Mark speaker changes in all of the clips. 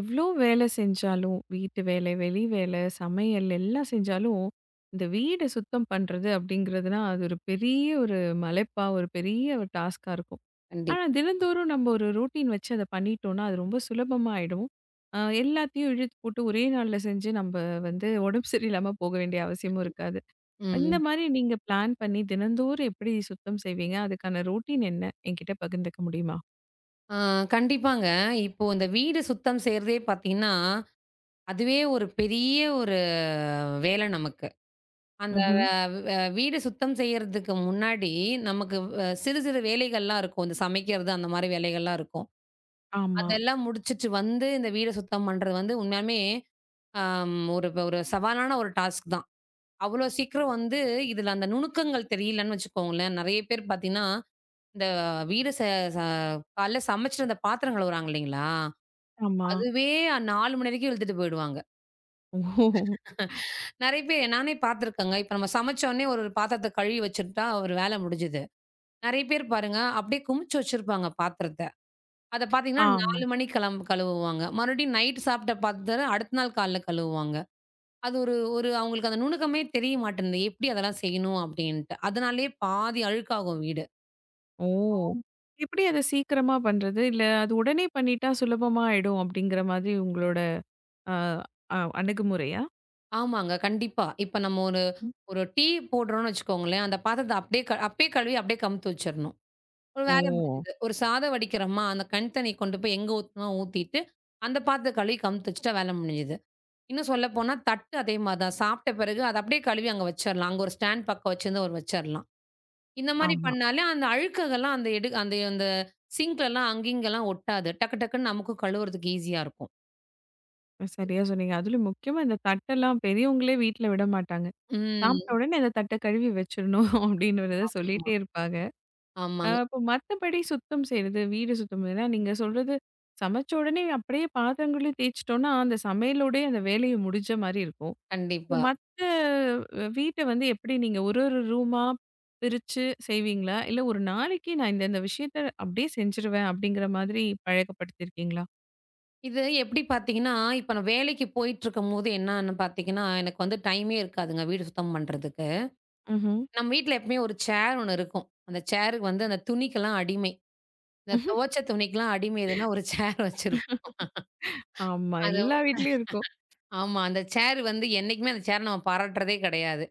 Speaker 1: எவ்ளோ வேலை செஞ்சாலும், வீட்டு வேலை, வெளி வேலை, சமையல் எல்லாம் செஞ்சாலும், இந்த வீடு சுத்தம் பண்றது அப்படிங்கிறதுனா, அது ஒரு பெரிய ஒரு மலைப்பா, ஒரு பெரிய ஒரு டாஸ்க்கா இருக்கும்.
Speaker 2: கண்டிப்
Speaker 1: ஆனா, தினந்தோறும் நம்ம ஒரு ரூட்டீன் வச்சு அத பண்ணிட்டோம்னா, அது ரொம்ப சுலபமா ஆயிடும். எல்லாத்தையும் இழுத்து போட்டு ஒரே நாள்ல செஞ்சு நம்ப வந்து உடம்பு சரியில்லாம போக வேண்டிய அவசியமும் இருக்காது. இந்த
Speaker 2: ம்.
Speaker 1: மாரி நீங்க பிளான் பண்ணி தினந்தோறும் எப்படி சுத்தம் செய்வீங்க? அதுக்கான ரூட்டீன் என்ன? என்கிட்ட பகிர்ந்துக்க முடியுமா?
Speaker 2: ஆ கண்டிப்பாங்க. இப்போ இந்த வீடு சுத்தம் செய்றதே பார்த்தீங்கன்னா, அதுவே ஒரு பெரிய ஒரு வேலை நமக்கு. அந்த வ
Speaker 1: ம்ஹ்ம்.
Speaker 2: வ வீடு சுத்தம் செய்யறதுக்கு முன்னாடி நமக்கு சிறு சிறு வேலைகள்லாம் இருக்கும். இந்த சமைக்கிறது அந்த மாரி வேலைகள்லாம் இருக்கும்.
Speaker 1: ஆமா,
Speaker 2: அதெல்லாம் முடிச்சுட்டு வந்து இந்த வீட சுத்தம் பண்றது வந்து உண்மையாலுமே, ஒரு ஒரு சவாலான ஒரு டாஸ்க் தான். அவ்வளோ சீக்கிரம் வந்து இதுல அந்த நுணுக்கங்கள் தெரியலன்னு வச்சுக்கோங்களேன். நெறைய பேர் பார்த்தீங்கன்னா, இந்த வீடு ச ச காலைல சமைச்சுட்டு அந்த பாத்திரம் கழுவுறாங்க இல்லைங்களா?
Speaker 1: ஆமா.
Speaker 2: அதுவே 4 மணி வரைக்கும் இழுத்துட்டு போயிடுவாங்க.
Speaker 1: ஓ!
Speaker 2: நெறைய பேர் நானே பார்த்துருக்கேங்க. இப்ப நம்ம சமைச்சோனே ஒரு பாத்திரத்த கழுவி வச்சுட்டா ஒரு வேலை முடிஞ்சுது. நெறைய பேர் பாருங்க, அப்படியே குமிச்சு வச்சிருப்பாங்க பாத்திரத்த. அத பார்த்தீங்கன்னா
Speaker 1: ஆமா.
Speaker 2: 4 மணிக்கு கலம் கழுவுவாங்க. மறுபடியும் நைட் சாப்பிட்ட பாத்திரம் அடுத்த நாள் காலைல கழுவுவாங்க. அது ஒரு ஒரு அவங்களுக்கு அந்த நுணுக்கமே தெரிய மாட்டேன்து. எப்படி அதெல்லாம் செய்யணும் அப்படின்ட்டு. அதனாலேயே பாதி அழுக்காகும் வீடு.
Speaker 1: ஓ! எப்படி அத சீக்கிரமா பண்றது? இல்ல அது உடனே பண்ணிட்டா சுலபமா ஆயிடும் அப்படிங்கிற மாதிரி உங்களோட அ அ அணுகுமுறையா?
Speaker 2: ஆமாங்க. கண்டிப்பா. இப்ப நம்ம ஒரு
Speaker 1: ம்.
Speaker 2: ஒரு டீ போடுறோம்னு வச்சுக்கோங்களேன், அந்த பாத்திரத்த அப்படியே க அப்பயே கழுவி அப்படியே கவுத்து வச்சுரணும். ஒரு வேலை
Speaker 1: ஓ!
Speaker 2: முடிஞ்சுது. ஒரு சாதம் வடிக்கிறோமா, அந்த கண் தண்ணி கொண்டு போய் எங்க ஊத்தணுமோ ஊத்திட்டு, அந்த பாத்திரத்த கழுவி கவுத்து வச்சுட்டா வேலை முடிஞ்சுது. இன்னும் சொல்லப்போனா தட்டு அதே மாரி தான். சாப்பிட்ட பிறகு அத அப்படியே கழுவி அங்க வச்சுரலாம். அங்க ஒரு ஸ்டாண்ட் பக்கம் வச்சிருந்து ஒரு வச்சுரலாம். இந்த மாரி
Speaker 1: ஆமா.
Speaker 2: பண்ணாலே அந்த அழுக்குகள்லாம் அந்த எடு அந்த அந்த சிங்க்லலாம் அங்கேயும் இங்கலாம் ஒட்டாது. டக்கு டக்குன்னு நமக்கும் கழுவுறதுக்கு ஈஸியா இருக்கும்.
Speaker 1: சரியா சொன்னீங்க. அதிலும் முக்கியமா இந்த தட்டெல்லாம் பெரியவங்களே வீட்ல விட மாட்டாங்க. சாப்பிட்ட
Speaker 2: ம்.
Speaker 1: உடனே அந்த தட்ட கழுவி வச்சிரணும் அப்படின்றத
Speaker 2: ஆமாமா.
Speaker 1: சொல்லிட்டே இருப்பாங்க.
Speaker 2: ஆமாங்க.
Speaker 1: அப்ப மத்தபடி சுத்தம் செய்றது, வீடு சுத்தம் ஏன்னா நீங்க சொல்றது சமைச்ச உடனே அப்படியே பாத்திரங்களையும் தேய்ச்சுட்டோம்னா, அந்த சமையலோடயே அந்த வேலையும் முடிஞ்ச மாரி இருக்கும்.
Speaker 2: கண்டிப்பா.
Speaker 1: மத்த வீட்ட வந்து எப்படி நீங்க ஒரு ஒரு ரூமா பிரிச்சு செய்வீங்களா? இல்ல ஒரு நாளைக்கு நான் இந்த இந்த விஷயத்த அப்படியே செஞ்சுருவேன் அப்படிங்கிற மாதிரி பழக்கப்படுத்தியிருக்கீங்களா?
Speaker 2: இது எப்படி பார்த்தீங்கன்னா, இப்ப நான் வேலைக்கு போயிட்டுருக்கும்போது என்னான்னு பார்த்தீங்கன்னா, எனக்கு வந்து டைமே இருக்காதுங்க வீடு சுத்தம் பண்றதுக்கு.
Speaker 1: ம்ஹ்ம்.
Speaker 2: நம்ம வீட்ல எப்பவுமே ஒரு சேர் ஒண்ணு இருக்கும். அந்த சேருக்கு வந்து அந்த துணிக்கெல்லாம் அடிமை. இந்த துவச்ச துணிக்கெல்லாம் அடிமை எதுன்னா ஒரு சேர் வச்சிருப்போம்.
Speaker 1: ஆமா.
Speaker 2: அது
Speaker 1: எல்லா வீட்லயும் இருக்கும்.
Speaker 2: ஆமா. அந்த சேர் வந்து என்னைக்குமே அந்த சேர நம்ம பாராட்டுறதே கிடையாது.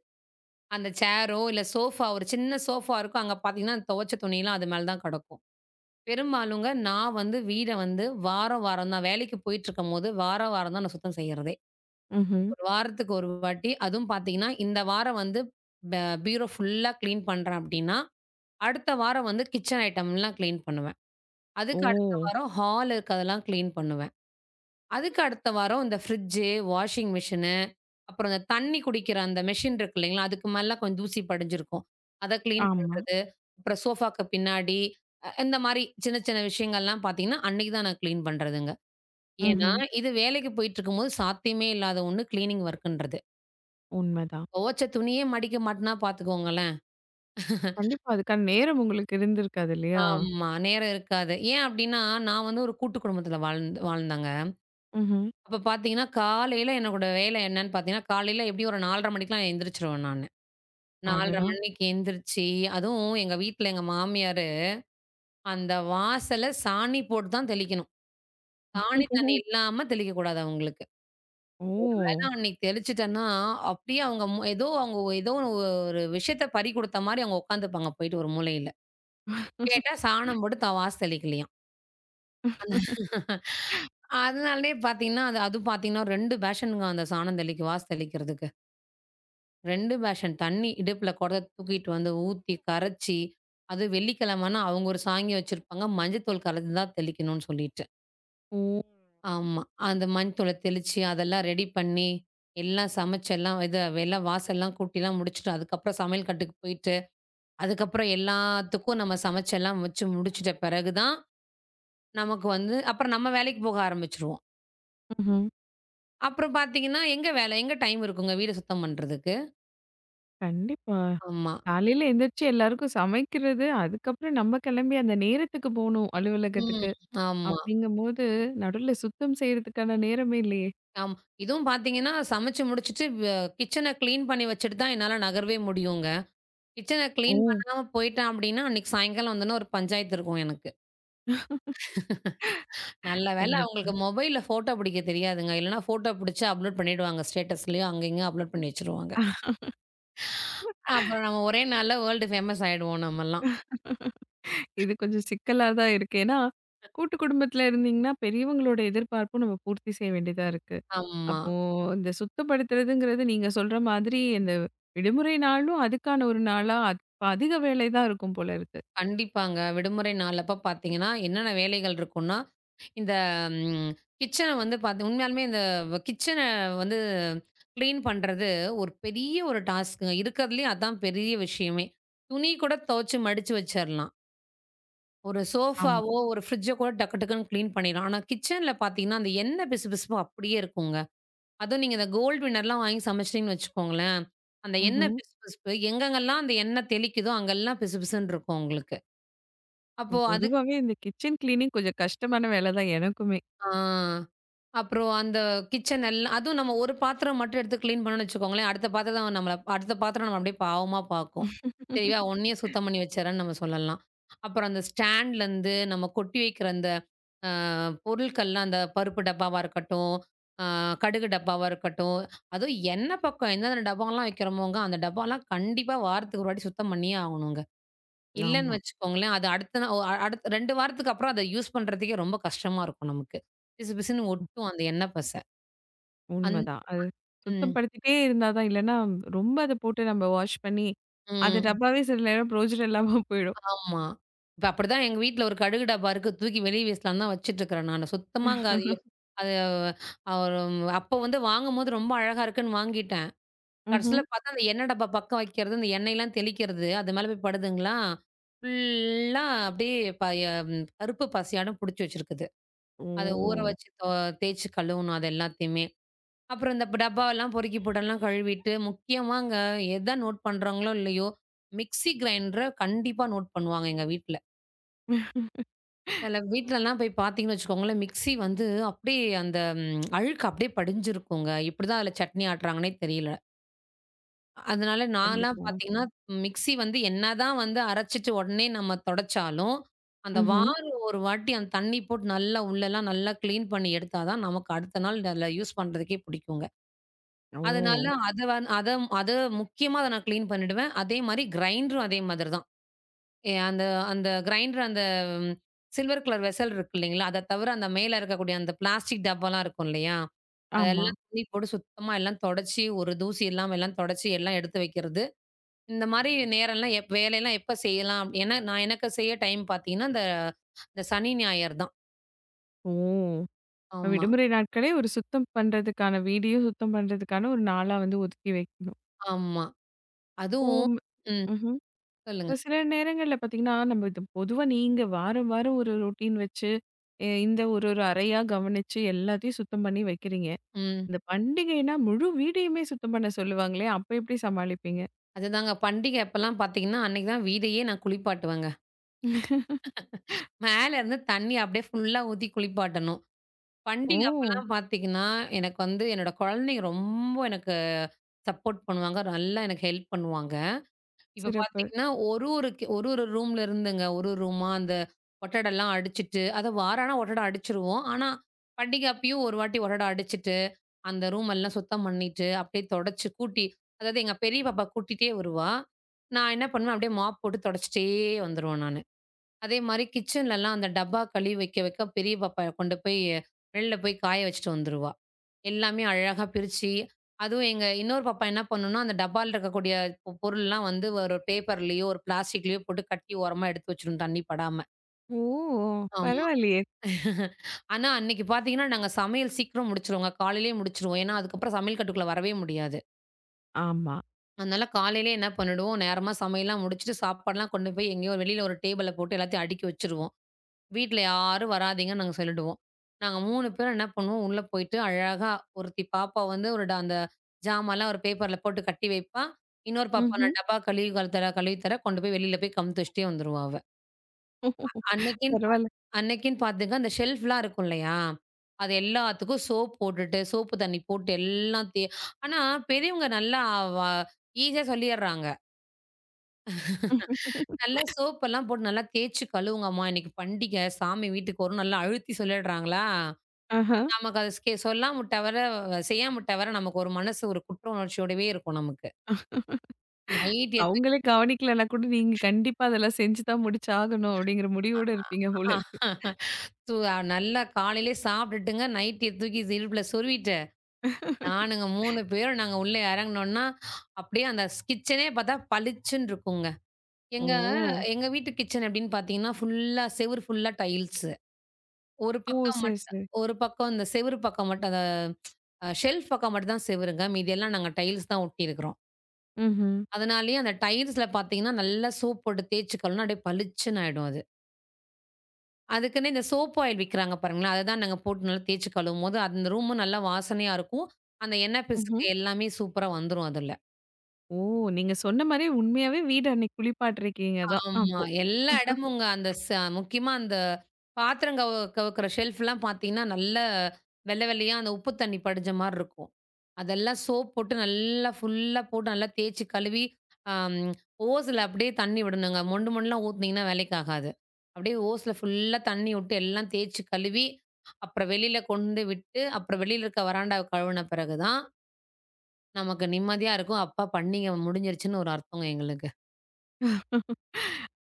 Speaker 2: அந்த சேரோ, இல்ல சோஃபா ஒரு சின்ன சோஃபா இருக்கும். அங்க பார்த்தீங்கன்னா, துவைச்ச துணிலாம் அது மேல தான் கெடக்கும். பெரும்பாலுங்க நான் வந்து வீட வந்து வாரம், வாரம் தான் வேலைக்கு போயிட்டுருக்கும்போது, வாரம், வாரம் தான் நான் சுத்தம் செய்யறதே.
Speaker 1: ம்ஹ்ம்.
Speaker 2: ஒரு வாரத்துக்கு ஒரு வாட்டி, அதுவும் பார்த்தீங்கன்னா, இந்த வாரம் வந்து ப பீரோ ஃபுல்லா கிளீன் பண்றேன் அப்டின்னா, அடுத்த வாரம் வந்து கிச்சன் ஐட்டம்லாம் கிளீன் பண்ணுவேன்.
Speaker 1: ஓ!
Speaker 2: அதுக்கு அடுத்த வாரம் ஹால் இருக்கதெல்லாம் கிளீன் பண்ணுவேன். அதுக்கு அடுத்த வாரம் இந்த ஃப்ரிட்ஜு, வாஷிங் மிஷினு, அப்புறம் இந்த தண்ணி குடிக்கிற அந்த மெஷின் இருக்கு இல்லைங்களா? அதுக்கு மேல கொஞ்சம் தூசி படிஞ்சிருக்கும். அத கிளீன்
Speaker 1: ஆமா.
Speaker 2: பண்றது, அப்புறம் சோஃபாக்கு பின்னாடி இந்த மாரி சின்ன சின்ன விஷயங்கள்லாம் பார்த்தீங்கன்னா, அன்னைக்கு தான் நான் கிளீன் பண்றதுங்க. ஏன்னா,
Speaker 1: ம்ஹ்ம்.
Speaker 2: இது வேலைக்கு போயிட்டுருக்கும்போது சாத்தியமே இல்லாத ஒண்ணு கிளீனிங் ஒர்க்குன்றது.
Speaker 1: உண்மதான்.
Speaker 2: துவச்ச துணியே மடிக்க மாட்டேன்னா பார்த்துக்கோங்களேன்.
Speaker 1: கண்டிப்பா அதுக்கான நேரம் உங்களுக்கு இருந்திருக்காது இல்லையா?
Speaker 2: ஆமா, நேரம் இருக்காது. ஏன் அப்டின்னா, நான் வந்து ஒரு கூட்டு குடும்பத்தில வாழ்ந்து வாழ்ந்தேங்க.
Speaker 1: ம்ஹ்ம்.
Speaker 2: அப்ப பார்த்தீங்கன்னா, காலையில என்னோட வேலை என்னன்னு பார்த்தீங்கன்னா, காலையில எப்டியும் ஒரு 4:30 மணிக்கெல்லாம் எந்திரிச்சுருவேன் நானு. 4:30
Speaker 1: அடடா!
Speaker 2: மணிக்கு எந்திரிச்சு, அதுவும் எங்க வீட்ல எங்க மாமியாரு, அந்த வாசல சாணி போட்டு தான் தெளிக்கணும். சாணி தண்ணி இல்லாம தெளிக்கக்கூடாது அவங்களுக்கு.
Speaker 1: ஓ!
Speaker 2: ஏன்னா அன்னைக்கு தெளிச்சுட்டேன்னா, அப்படியே அவங்க மு ஏதோ அவங்க ஏதோ ஒரு ஒரு விஷயத்த பறி குடுத்த மாரி அவங்க உட்காந்துப்பாங்க போயிட்டு ஒரு மூலையில. கேட்டா சாணம் போட்டு தான் வாச தெளிக்கலையாம். அதனாலயே பார்த்தீங்கன்னா, அது அது பார்த்தீங்கன்னா 2 பேஷனுங்க அந்த சாணம் தெளிக்க வாச தெளிக்கிறதுக்கு. 2 பேஷன் தண்ணி இடுப்புல குடத்த தூக்கிட்டு வந்து ஊத்தி, கரைச்சி, அதுவும் வெள்ளிக்கிழமைன்னா அவங்க ஒரு சாங்கி வச்சிருப்பாங்க. மஞ்சள் தூள் கலந்து தான் தெளிக்கணும்னு சொல்லிட்டு.
Speaker 1: ஓ!
Speaker 2: ஆமா. அந்த மஞ்சத்தூள தெளிச்சு, அதெல்லாம் ரெடி பண்ணி, எல்லாம் சமைச்சு எல்லாம் இது எல்லாம் வாசல்லாம் கூட்டிலாம் முடிச்சுட்டு, அதுக்கப்புறம் சமையல் கட்டுக்கு போயிட்டு, அதுக்கப்புறம் எல்லாத்துக்கும் நம்ம சமைச்சு எல்லாம் வச்சு முடிச்சுட்ட பிறகு தான், நமக்கு வந்து அப்புறம் நம்ம வேலைக்கு போக ஆரம்பிச்சுருவோம்.
Speaker 1: ம்ஹ்ம்.
Speaker 2: அப்புறம் பார்த்தீங்கன்னா, எங்க வேலை? எங்க டைம் இருக்குங்க வீடு சுத்தம் பண்றதுக்கு?
Speaker 1: கண்டிப்பா.
Speaker 2: ஆமா.
Speaker 1: காலையில எந்திரிச்சு எல்லாருக்கும் சமைக்கிறது, அதுக்கப்புறம் நம்ம கிளம்பி அந்த நேரத்துக்கு போணும்
Speaker 2: ம்.
Speaker 1: அலுவலகத்துக்கு.
Speaker 2: ஆமா.
Speaker 1: அப்படிங்கும்போது நடுவுல சுத்தம் செய்றதுக்கான நேரமே இல்லையே!
Speaker 2: ஆமா. இதுவும் பார்த்தீங்கன்னா, சமைச்சு முடிச்சுட்டு வ கிச்சன கிளீன் பண்ணி வச்சுட்டு தான் என்னால நகரவே முடியுங்க. கிச்சன
Speaker 1: ஓ!
Speaker 2: கிளீன் பண்ணாம போயிட்டேன் அப்டின்னா, அன்னைக்கு சாயங்காலம் வந்தோனே ஒரு பஞ்சாயத்து இருக்கும் எனக்கு. நல்ல வேள
Speaker 1: கண்டிப்பா.
Speaker 2: அவங்களுக்கு மொபைல்ல ஃபோட்டோ பிடிக்க தெரியாதுங்க. இல்லன்னா ஃபோட்டோ பிடிச்சு அப்லோட் பண்ணிடுவாங்க. ஸ்டேட்டஸ்லயோ அங்க இங்கேயும் அப்லோட் பண்ணி வச்சுருவாங்க. அப்புறம் நம்ம ஒரே நாள்ல வேர்ல்டு ஃபேமஸ் ஆயிடுவோம் நம்மலாம்.
Speaker 1: இது கொஞ்சம் சிக்கலா தான் இருக்கு. ஏன்னா, கூட்டு குடும்பத்துல இருந்தீங்கன்னா, பெரியவங்களோட எதிர்பார்ப்பும் நம்ம பூர்த்தி செய்ய வேண்டியதா இருக்கு.
Speaker 2: ஆமா.
Speaker 1: அப்போ இந்த சுத்தப்படுத்துறதுங்கிறது நீங்க சொல்ற மாதிரி இந்த விடுமுறை நாளும் அதுக்கான ஒரு நாளா, அதிக வேலை தான் இருக்கும் போல இருக்கு.
Speaker 2: கண்டிப்பாங்க. விடுமுறை நாள் அப்ப பார்த்தீங்கன்னா, என்னென்ன வேலைகள் இருக்கும்னா, இந்த ம் கிச்சன வந்து பார்த்து உண்மையாலுமே இந்த வ கிச்சன வந்து கிளீன் பண்றது ஒரு பெரிய ஒரு டாஸ்க்குங்க. இருக்கிறதுலயே அதான் பெரிய விஷயமே. துணி கூட துவச்சு மடிச்சு வச்சிரலாம். ஒரு
Speaker 1: ஆமா.
Speaker 2: சோஃபாவோ, ஒரு ஃப்ரிட்ஜோ கூட டக்கு டக்குன்னு கிளீன் பண்ணிடலாம். ஆனா கிச்சன்ல பார்த்தீங்கன்னா, அந்த எண்ணெய் பிசுபிசுப்பு அப்படியே இருக்குங்க. அதுவும் நீங்க இந்த கோல்ட் வின்னர்லாம் வாங்கி சமைச்சிட்டீங்கன்னு வச்சுக்கோங்களேன், அந்த
Speaker 1: ம்ஹ்ம்.
Speaker 2: எண்ணெய் பிசுபிசுப்பு எங்கெங்கெல்லாம் அந்த எண்ணெய் தெளிக்குதோ, அங்கெல்லாம் பிசுபிசுன்னு இருக்கும் உங்களுக்கு. அப்போ அது
Speaker 1: பொதுவாவே இந்த கிச்சன் கிளீனிங் கொஞ்சம் கஷ்டமான வேலை தான் எனக்குமே.
Speaker 2: ஆ. அப்புறம் அந்த கிச்சன் எல்லாம் அதுவும் நம்ம ஒரு பாத்திரம் மட்டும் எடுத்து கிளீன் பண்ணோம்னு வச்சுக்கோங்களேன், அடுத்த பாத்திரம் நம்மள அப்படியே பாவமா பார்க்கும். சரி இவ உன்னையே சுத்தம் பண்ணி வச்சுர்றான்னு நம்ம சொல்லலாம். அப்புறம் அந்த ஸ்டாண்ட்லேருந்து நம்ம கொட்டி வைக்கிற அந்த அ பொருட்கள்லாம் அந்த பருப்பு டப்பாவா இருக்கட்டும், அ கடுகு டப்பாவா இருக்கட்டும், அதுவும் எண்ணெய் பக்கம் எந்தெந்த டப்பாலாம் வைக்கிறோமோங்க, அந்த டப்பாலாம் கண்டிப்பா வாரத்துக்கு ஒரு வாட்டி சுத்தம் பண்ணியே ஆகணுங்க. இல்லன்னு
Speaker 1: ஆமா,
Speaker 2: வச்சுக்கோங்களேன், அது அடுத்த நா அ- அடுத்த 2 வாரத்துக்கு அப்புறம் அத யூஸ் பண்றதுக்கே ரொம்ப கஷ்டமா இருக்கும் நமக்கு. பிசுபிசுன்னு ஒட்டும் அந்த எண்ணெய் பச. அந்
Speaker 1: உண்மதான். அது
Speaker 2: ம்,
Speaker 1: சுத்தப்படுத்திட்டே இருந்தா தான் இல்லன்னா ரொம்ப அத போட்டு நம்ம வாஷ் பண்ணி, அது
Speaker 2: ம்.
Speaker 1: டப்பாவே சில நேரம் பிரயோஜனம் இல்லாம போயிடும்.
Speaker 2: ஆமா. இப்ப அப்படிதான் எங்க வீட்ல ஒரு கடுகு டப்பா இருக்கு. தூக்கி வெளிய வீசலான்னு தான் வச்சுட்டுருக்கிறேன் நானு. சுத்தமா அங்க அது அது ஒரு அப்ப வந்து வாங்கும்போது ரொம்ப அழகா இருக்குன்னு வாங்கிட்டேன்.
Speaker 1: ம்ஹ்ம்.
Speaker 2: கடைசியில பார்த்தா அந்த எண்ணெய் டப்பா பக்கம் வைக்கிறது, அந்த எண்ணெயெல்லாம் தெளிக்கிறது, அது மேல போய் படுதுங்களா, ஃபுல்லா அப்படியே ப கருப்பு பசையாட்டம் புடிச்சு வச்சிருக்குது. அத ஊற
Speaker 1: ஓ!
Speaker 2: வச்சு தொ தேய்ச்சு கழுவணும் அது எல்லாத்தையுமே. அப்புறம் இந்த டப்பாவெல்லாம் பொறுக்கி போட்டெல்லாம் கழுவிட்டு, முக்கியமாங்க எத நோட் பண்றாங்களோ இல்லையோ, மிக்ஸி கிரைண்டர கண்டிப்பா நோட் பண்ணுவாங்க எங்க வீட்ல. சில வீட்லலாம் போய் பார்த்தீங்கன்னு வச்சுக்கோங்களேன், மிக்ஸி வந்து அப்படியே அந்த அழுக்கு அப்படியே படிஞ்சிருக்குங்க. இப்படிதான் அதில சட்னி ஆட்டுறாங்கன்னே தெரியல. அதனால நான்லாம்
Speaker 1: கண்டிப்பா.
Speaker 2: பார்த்தீங்கன்னா, மிக்ஸி வந்து என்னதான் வந்து அரைச்சுட்டு உடனே நம்ம தொடச்சாலும், அந்த
Speaker 1: ம்ஹ்ம்.
Speaker 2: வாரம் ஒரு வாட்டி அந்த தண்ணி போட்டு நல்லா உள்ளலாம் நல்லா கிளீன் பண்ணி எடுத்தா தான் நமக்கு அடுத்த நாள் அதில யூஸ் பண்றதுக்கே பிடிக்குங்க. அதனால
Speaker 1: ஓ!
Speaker 2: அத வந் அத அத முக்கியமா அத நான் கிளீன் பண்ணிடுவேன். அதே மாரி கிரைண்டரும் அதே மாதிரி தான். எ அந்த அந்த கிரைண்டர் அந்த சில்வர் கலர் வெசல் இருக்கு இல்லைங்களா? அத தவிர அந்த மேல இருக்கக்கூடிய அந்த பிளாஸ்டிக் டப்பாலாம் இருக்கும் இல்லையா?
Speaker 1: ஆமா.
Speaker 2: அதெல்லாம் துணி போட்டு சுத்தமா எல்லாம் தொடச்சு, ஒரு தூசி இல்லாம எல்லாம் தொடச்சு எல்லாம் எடுத்து வைக்கிறது. இந்த மாரி நேரம்லாம் எப் வேலையெல்லாம் எப்ப செய்யலாம்? அப் ஏன்னா, நான் எனக்கு செய்ய டைம் பார்த்தீங்கன்னா, இந்த இந்த சனி, ஞாயிறு தான்.
Speaker 1: ஓ!
Speaker 2: ஆமா,
Speaker 1: விடுமுறை நாட்களே ஒரு சுத்தம் பண்றதுக்கான வீடையும் சுத்தம் பண்றதுக்கான ஒரு நாளா வந்து ஒதுக்கி வைக்கணும்.
Speaker 2: ஆமா.
Speaker 1: ஓ!
Speaker 2: அதுவும்
Speaker 1: ம்.
Speaker 2: ம்.
Speaker 1: ம்ஹ்ம்.
Speaker 2: சொல்லுங்க.
Speaker 1: ஒரு சில நேரங்கள்ல பார்த்தீங்கன்னா, நம்ம இது பொதுவா நீங்க வாரம் வாரம் ஒரு ரொட்டீன் வச்சு, இந்த ஒரு ஒரு அறையா கவனிச்சு எல்லாத்தையும் சுத்தம் பண்ணி வைக்கிறீங்க.
Speaker 2: ம்.
Speaker 1: இந்த பண்டிகைன்னா முழு வீடையுமே சுத்தம் பண்ண சொல்லுவாங்களே! அப்ப எப்படி சமாளிப்பீங்க?
Speaker 2: அதுதாங்க பண்டிகை அப்பலாம் பார்த்தீங்கன்னா, அன்னைக்கு தான் வீடையே நான் குளிப்பாட்டுவேங்க. மேலருந்து தண்ணி அப்படியே ஃபுல்லா ஊத்தி குளிப்பாட்டணும். பண்டிகை
Speaker 1: ஓ!
Speaker 2: அப்பலாம் பார்த்தீங்கன்னா, எனக்கு வந்து என்னோட குழந்தைங்க ரொம்ப எனக்கு சப்போர்ட் பண்ணுவாங்க. நல்லா எனக்கு ஹெல்ப் பண்ணுவாங்க. இப்ப
Speaker 1: சிறப்பு.
Speaker 2: பாத்தீங்கன்னா, ஒரு ஒரு கி ஒரு ஒரு ரூம்ல இருந்துங்க. ஒரு ஒரு ரூமா அந்த ஒட்டடலாம் அடிச்சுட்டு, அத வாரம் ஆனா ஒட்டட அடிச்சுருவோம். ஆனா, பண்டிகை அப்பயும் ஒரு வாட்டி ஒட்டட அடிச்சுட்டு, அந்த ரூம் எல்லாம் சுத்தம் பண்ணிட்டு, அப்படியே தொடச்சு கூட்டி அதாவது எங்க பெரிய பாப்பா கூட்டிட்டே வருவா. நான் என்ன பண்ணுவேன், அப்படியே மாப் போட்டு தொடச்சுட்டே வந்துருவேன் நானு. அதே மாரி கிச்சன்லலாம் அந்த டப்பா கழுவி வைக்க, வைக்க பெரிய பாப்பா கொண்டு போய் வெளில போய் காய வச்சுட்டு வந்துருவா. எல்லாமே அழகா பிரிச்சு, அதுவும் எங்க இன்னொரு பாப்பா என்ன பண்ணும்னா, அந்த டப்பால இருக்கக்கூடிய பொ பொருள்லாம் வந்து ஒரு பேப்பர்லயோ, ஒரு பிளாஸ்டிக்லயோ போட்டு கட்டி ஓரமா எடுத்து வச்சுரும் தண்ணி படாம.
Speaker 1: ஓ!
Speaker 2: ஆமா.
Speaker 1: பரவாயில்லையே!
Speaker 2: ஆனா, அன்னைக்கு பார்த்தீங்கன்னா, நாங்க சமையல் சீக்கிரம் முடிச்சுருவோங்க. காலையிலேயே முடிச்சுருவோம். ஏன்னா, அதுக்கப்புறம் சமையல் கட்டுக்குள்ள வரவே முடியாது.
Speaker 1: ஆமா.
Speaker 2: அதனால காலையிலேயே என்ன பண்ணிடுவோம், நேரமா சமையல்லாம் முடிச்சுட்டு, சாப்பாடுலாம் கொண்டு போய் எங்கேயோ வெளியில ஒரு டேபிள்ல போட்டு எல்லாத்தையும் அடுக்கி வச்சுருவோம். வீட்ல யாரும் வராதீங்கன்னு நாங்க சொல்லிடுவோம். நாங்க 3 பேரும் என்ன பண்ணுவோம், உள்ள போயிட்டு அழகா ஒருத்தி பாப்பா வந்து ஒரு ட அந்த ஜாமான்லாம் ஒரு பேப்பர்ல போட்டு கட்டி வைப்பா. இன்னொரு பாப்பா
Speaker 1: ம்ஹ்ம்.
Speaker 2: நான் டப்பா கழுவி கழு தர கழுவி தர கொண்டு போய் வெளியில போய் கமுத்தி வச்சுட்டே வந்துருவா அவ. அன்னைக்குன்னு பாத்
Speaker 1: பரவால்ல.
Speaker 2: அன்னைக்குன்னு பாத்துங்க அந்த ஷெல்ஃப்லாம் இருக்கும் இல்லையா? அது எல்லாத்துக்கும் சோப் போட்டுட்டு, சோப்பு தண்ணி போட்டு எல்லாத்தையும் ஆனா பெரியவங்க நல்லா வ ஈஸியா சொல்லிர்றாங்க. நல்லா சோப்பெல்லாம் போட்டு நல்லா தேய்ச்சு கழுவுங்கம்மா. இன்னைக்கு பண்டிகை. சாமி வீட்டுக்கு வரும். நல்லா அழுத்தி சொல்லிடுறாங்களா?
Speaker 1: ஆஹா.
Speaker 2: நமக்கு அது ஸ்கே சொல்லாம தவிர, செய்யாம தவிர நமக்கு ஒரு மனசு ஒரு குற்ற உணர்ச்சியோடவே இருக்கும் நமக்கு. நைட்டிய தூக்கி
Speaker 1: அவங்களே கவனிக்கலன்னா கூட நீங்க கண்டிப்பா அதெல்லாம் செஞ்சு தான் முடிச்சாகணும் அப்படிங்கிற முடிவோட இருப்பீங்க போல இருக்கு.
Speaker 2: சு நல்லா காலையிலயே சாப்பிட்டுட்டுங்க, நைட்டிய தூக்கி இடுப்புல சொருவிட்டு, நானுங்க 3 பேரும் நாங்க உள்ள இறங்குனோம்னா, அப்படியே அந்த ஸ் கிச்சனே பார்த்தா பளிச்சுன்னு இருக்குங்க. எங்க
Speaker 1: ஓ!
Speaker 2: எங்க வீட்டு கிச்சன் எப்படின்னு பார்த்தீங்கன்னா, ஃபுல்லா செவுரு ஃபுல்லா டைல்ஸு. ஒரு
Speaker 1: ஓ!
Speaker 2: பக்கம்
Speaker 1: சரி,
Speaker 2: மட்டும்
Speaker 1: சரி.
Speaker 2: ஒரு பக்கம் இந்த செவுரு பக்கம் மட்டும் அந்த ஷெல்ஃப் பக்கம் மட்டும் தான் செவுருங்க. மீதி எல்லாம் நாங்க டைல்ஸ் தான் ஒட்டியிருக்கிறோம்.
Speaker 1: ம்ஹ்ம்.
Speaker 2: அதனாலேயே அந்த டைல்ஸ்ல பார்த்தீங்கன்னா, நல்லா சோப் போட்டு தேய்ச்சு கழுவுனா அப்படியே பளிச்சுன்னு ஆயிடும் அது. அதுக்குன்னு இந்த சோப் ஆயில் விக்கிறாங்க பாருங்களேன், அத தான் நாங்க போட்டு நல்லா தேய்ச்சு கழுவும்போது, அந்த ரூமும் நல்லா வாசனையா இருக்கும். அந்த எண்ணெய்
Speaker 1: ம்ஹ்ம்.
Speaker 2: பிசுக்கு எல்லாமே சூப்பரா வந்துரும் அதுல.
Speaker 1: ஓ! நீங்க சொன்ன மாரி உண்மையாவே வீடு அன்னைக்கு குளிப்பாட்டிருக்கீங்க தான்
Speaker 2: ஆமா.
Speaker 1: அப்போ.
Speaker 2: எல்லா இடமுங்க. அந்த ச முக்கியமா அந்த பாத்திரம் கவ கவக்கிற ஷெல்ஃப்லாம் பார்த்தீங்கன்னா, நல்ல வெள்ள வெள்ளையா அந்த உப்பு தண்ணி படிஞ்ச மாரி இருக்கும். அதெல்லாம் சோப் போட்டு நல்லா ஃபுல்லா போட்டு நல்லா தேய்ச்சு கழுவி, அம் ஓஸ்ல அப்படியே தண்ணி விடணுங்க. மொண்டு மொண்டுலாம் ஊத்துனீங்கன்னா வேலைக்கு ஆகாது. அப்படியே ஓஸ்ல ஃபுல்லா தண்ணி விட்டு எல்லாம் தேய்ச்சு கழுவி, அப்புறம் வெளியில கொண்டு விட்டு, அப்புறம் வெளியில இருக்க வராண்டாவ கழுவுன பிறகு தான் நமக்கு நிம்மதியா இருக்கும். அப்பா! பண்டிகை முடிஞ்சிருச்சுன்னு ஒரு அர்த்தங்க எங்களுக்கு.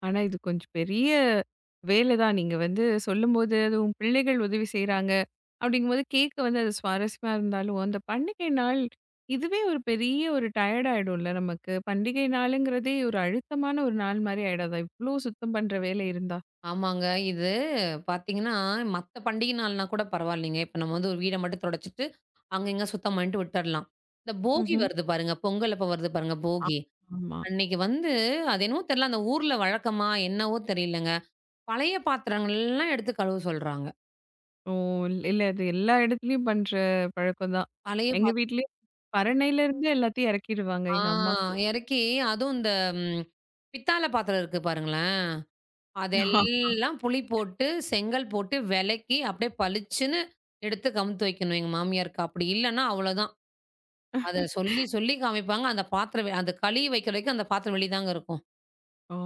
Speaker 1: ஆனா இது கொஞ்சம் பெரிய வேலை தான். நீங்க வந்து சொல்லும்போது, அதுவும் பிள்ளைகள் உதவி செய்றாங்க, அப்படிங்கும்போது கேட்க வந்து அது சுவாரஸ்யமா இருந்தாலும், அந்த பண்டிகை நாள் இதுவே ஒரு பெரிய ஒரு டயர்ட் ஆயிடும்ல நமக்கு. பண்டிகை நாளுங்கிறதே ஒரு அழுத்தமான ஒரு நாள் மாரி ஆயிடாதா? இவ்ளோ சுத்தம் பண்ற வேலை இருந்தா?
Speaker 2: ஆமாங்க. இது பார்த்தீங்கன்னா, மத்த பண்டிகை நாள்னா கூட பரவாயில்லைங்க. இப்ப நம்ம வந்து ஒரு வீட மட்டும் தொடச்சுட்டு, அங்க இங்க சுத்தம் பண்ணிட்டு விட்டர்லாம். இந்த போகி
Speaker 1: ம்ஹ்ம்.
Speaker 2: வருது பாருங்க. பொங்கல் அப்ப வருது பாருங்க போகி.
Speaker 1: ஆமா.
Speaker 2: அன்னைக்கு வந்து அது என்னவோ தெரியல. அந்த ஊர்ல வழக்கமா என்னவோ தெரியலங்க. பழைய பாத்திரங்கள்லாம் எடுத்து கழுவ சொல்றாங்க.
Speaker 1: ஓ! இல்ல இல்ல, அது எல்லா இடத்துலயும் பண்ற பழக்கம் தான்.
Speaker 2: பழைய
Speaker 1: எங்க
Speaker 2: பாத்
Speaker 1: வீட்லயும் பரணையில இருந்து எல்லாத்தையும் இறக்கிடுவாங்க
Speaker 2: ஆ
Speaker 1: எங்க அம்மாக்கு.
Speaker 2: இறக்கி அதுவும் இந்த ம் பித்தள பாத்திரம் இருக்கு பாருங்களேன். அதெல்லாம் புளி போட்டு, செங்கல் போட்டு வெளக்கி, அப்படியே பளிச்சுன்னு எடுத்து கவுத்து வைக்கணும் எங்க மாமியாருக்கு. அப்படி இல்லன்னா அவ்வளோதான். அத சொல்லி, சொல்லி காமிப்பாங்க. அந்த பாத்திரம் வெ- அந்த களி வைக்கிற வரைக்கும் அந்த பாத்திரம் வெளிய தாங்க இருக்கும்.
Speaker 1: ஓ!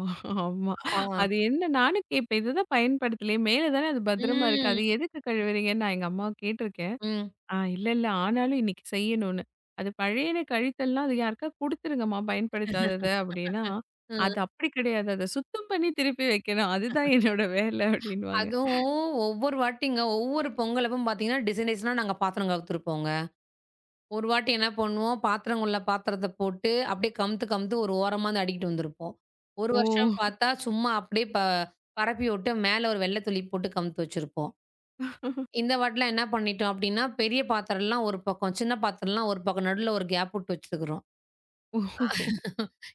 Speaker 1: ஆமா.
Speaker 2: ஆ.
Speaker 1: அது என்ன நானும் கேட்பேன். இதுதான் பயன்படுத்தலையே. மேல தானே அது பத்திரமா இருக்கு.
Speaker 2: ம்.
Speaker 1: அது எதுக்கு கழுவுறீங்கன்னு நான் எங்க அம்மாவ கேட்டிருக்கேன்.
Speaker 2: ம்.
Speaker 1: ஆ இல்ல, இல்ல. ஆனாலும் இன்னைக்கு செய்யணும்னு. அது பழையன கழித்தல்னா, அது யாருக்கா குடுத்துருங்கம்மா பயன்படுத்தாதத அப்படின்னா, அது
Speaker 2: ம்.
Speaker 1: அப்படி கிடையாது. அத சுத்தம் பண்ணி திருப்பி வைக்கணும். அதுதான் என்னோட வேலை அப்படின்னுவாங்க.
Speaker 2: அதுவும் ஒவ்வொரு வாட்டிங்க, ஒவ்வொரு பொங்கல் அப்ப பாத்தீங்கன்னா, டிசைன் டிசைனா நாங்க பாத்திரம் கவுத்துருப்போங்க. ஒரு வாட்டி என்ன பண்ணுவோம், பாத்திரம் உள்ள பாத்திரத்த போட்டு அப்படியே கமுத்து, கமுத்து ஒரு ஓரமா வந்து அடுக்கிட்டு வந்திருப்போம். ஒரு
Speaker 1: ஓ!
Speaker 2: வருஷம் பாத்தா, சும்மா அப்படியே ப பரப்பி விட்டு மேல ஒரு வெள்ள துளி போட்டு கமுத்து வச்சிருப்போம். இந்த வாட்டிலாம் என்ன பண்ணிட்டோம் அப்படின்னா, பெரிய பாத்திரம்லாம் ஒரு பக்கம், சின்ன பாத்திரம்லாம் ஒரு பக்கம் நடுவுல ஒரு கேப் விட்டு வச்சிருக்கிறோம்.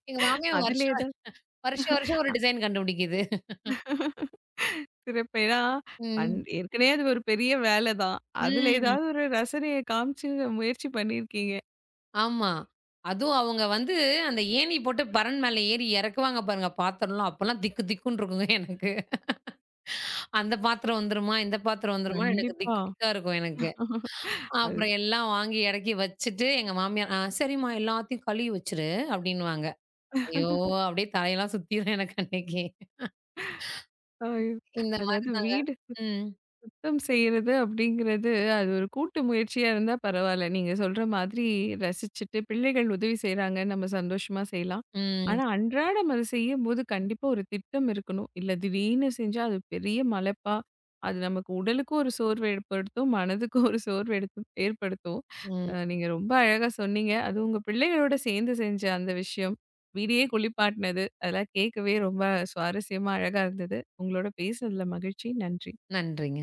Speaker 2: எங்க மாமியார்
Speaker 1: அதில
Speaker 2: வருஷம்
Speaker 1: ஏதாவது
Speaker 2: வருஷம் வருஷம் ஒரு டிசைன் கண்டுபிடிக்குது.
Speaker 1: சிறப்பு. ஏன்னா,
Speaker 2: ம்.
Speaker 1: ஏற்கனவே அது ஒரு பெரிய வேலை தான். அதில
Speaker 2: ம்.
Speaker 1: ஏதாவது ஒரு ரசனைய காமிச்சு முயற்சி பண்ணியிருக்கீங்க.
Speaker 2: ஆமா. அதுவும் அவங்க வந்து அந்த ஏணி போட்டு பரண் மேல ஏறி இறக்குவாங்க பாருங்க பாத்திரம்லாம். அப்பலாம் திக்கு திக்குன்னு இருக்குங்க எனக்கு. அந்த பாத்திரம் வந்துருமா? இந்த பாத்திரம் வந்துருமான்னு எனக்கு
Speaker 1: கண்டிப்பா.
Speaker 2: திக்கு திக்கா இருக்கும் எனக்கு.
Speaker 1: அது
Speaker 2: அப்புறம் எல்லாம் வாங்கி இறக்கி வச்சுட்டு எங்க மாமியார், "ஆ சரிம்மா எல்லாத்தையும் கழுவி வச்சுரு" அப்படின்னுவாங்க. ஐயோ! அப்படியே தலையெல்லாம் சுத்திரும் எனக்கு அன்னைக்கு.
Speaker 1: ஐயோ!
Speaker 2: இந்த மாரி
Speaker 1: அதாவது
Speaker 2: தாங்க.
Speaker 1: வீடு
Speaker 2: ம்.
Speaker 1: சுத்தம் செய்யறது அப்படிங்கிறது, அது ஒரு கூட்டு முயற்சியா இருந்தா பரவால்ல. நீங்க சொல்ற மாதிரி ரசிச்சுட்டு பிள்ளைகள் உதவி செய்றாங்க, நம்ம சந்தோஷமா செய்யலாம்.
Speaker 2: ம்.
Speaker 1: ஆனா அன்றாடம் அது செய்யும்போது கண்டிப்பா ஒரு திட்டம் இருக்கணும். இல்ல திடீர்னு செஞ்சா அது பெரிய மலைப்பா, அது நமக்கு உடலுக்கும் ஒரு சோர்வு ஏற்படுத்தும், மனதுக்கும் ஒரு சோர்வு எடுத்து ஏற்படுத்தும்.
Speaker 2: ம்.
Speaker 1: நீங்க ரொம்ப அழகா சொன்னீங்க. அதுவும் உங்க பிள்ளைகளோட சேர்ந்து செஞ்ச அந்த விஷயம், வீடே குளிப்பாட்டுனது, அதெல்லாம் கேட்கவே ரொம்ப சுவாரஸ்யமா, அழகா இருந்தது. உங்களோட பேசுனதுல மகிழ்ச்சி. நன்றி.
Speaker 2: நன்றிங்க.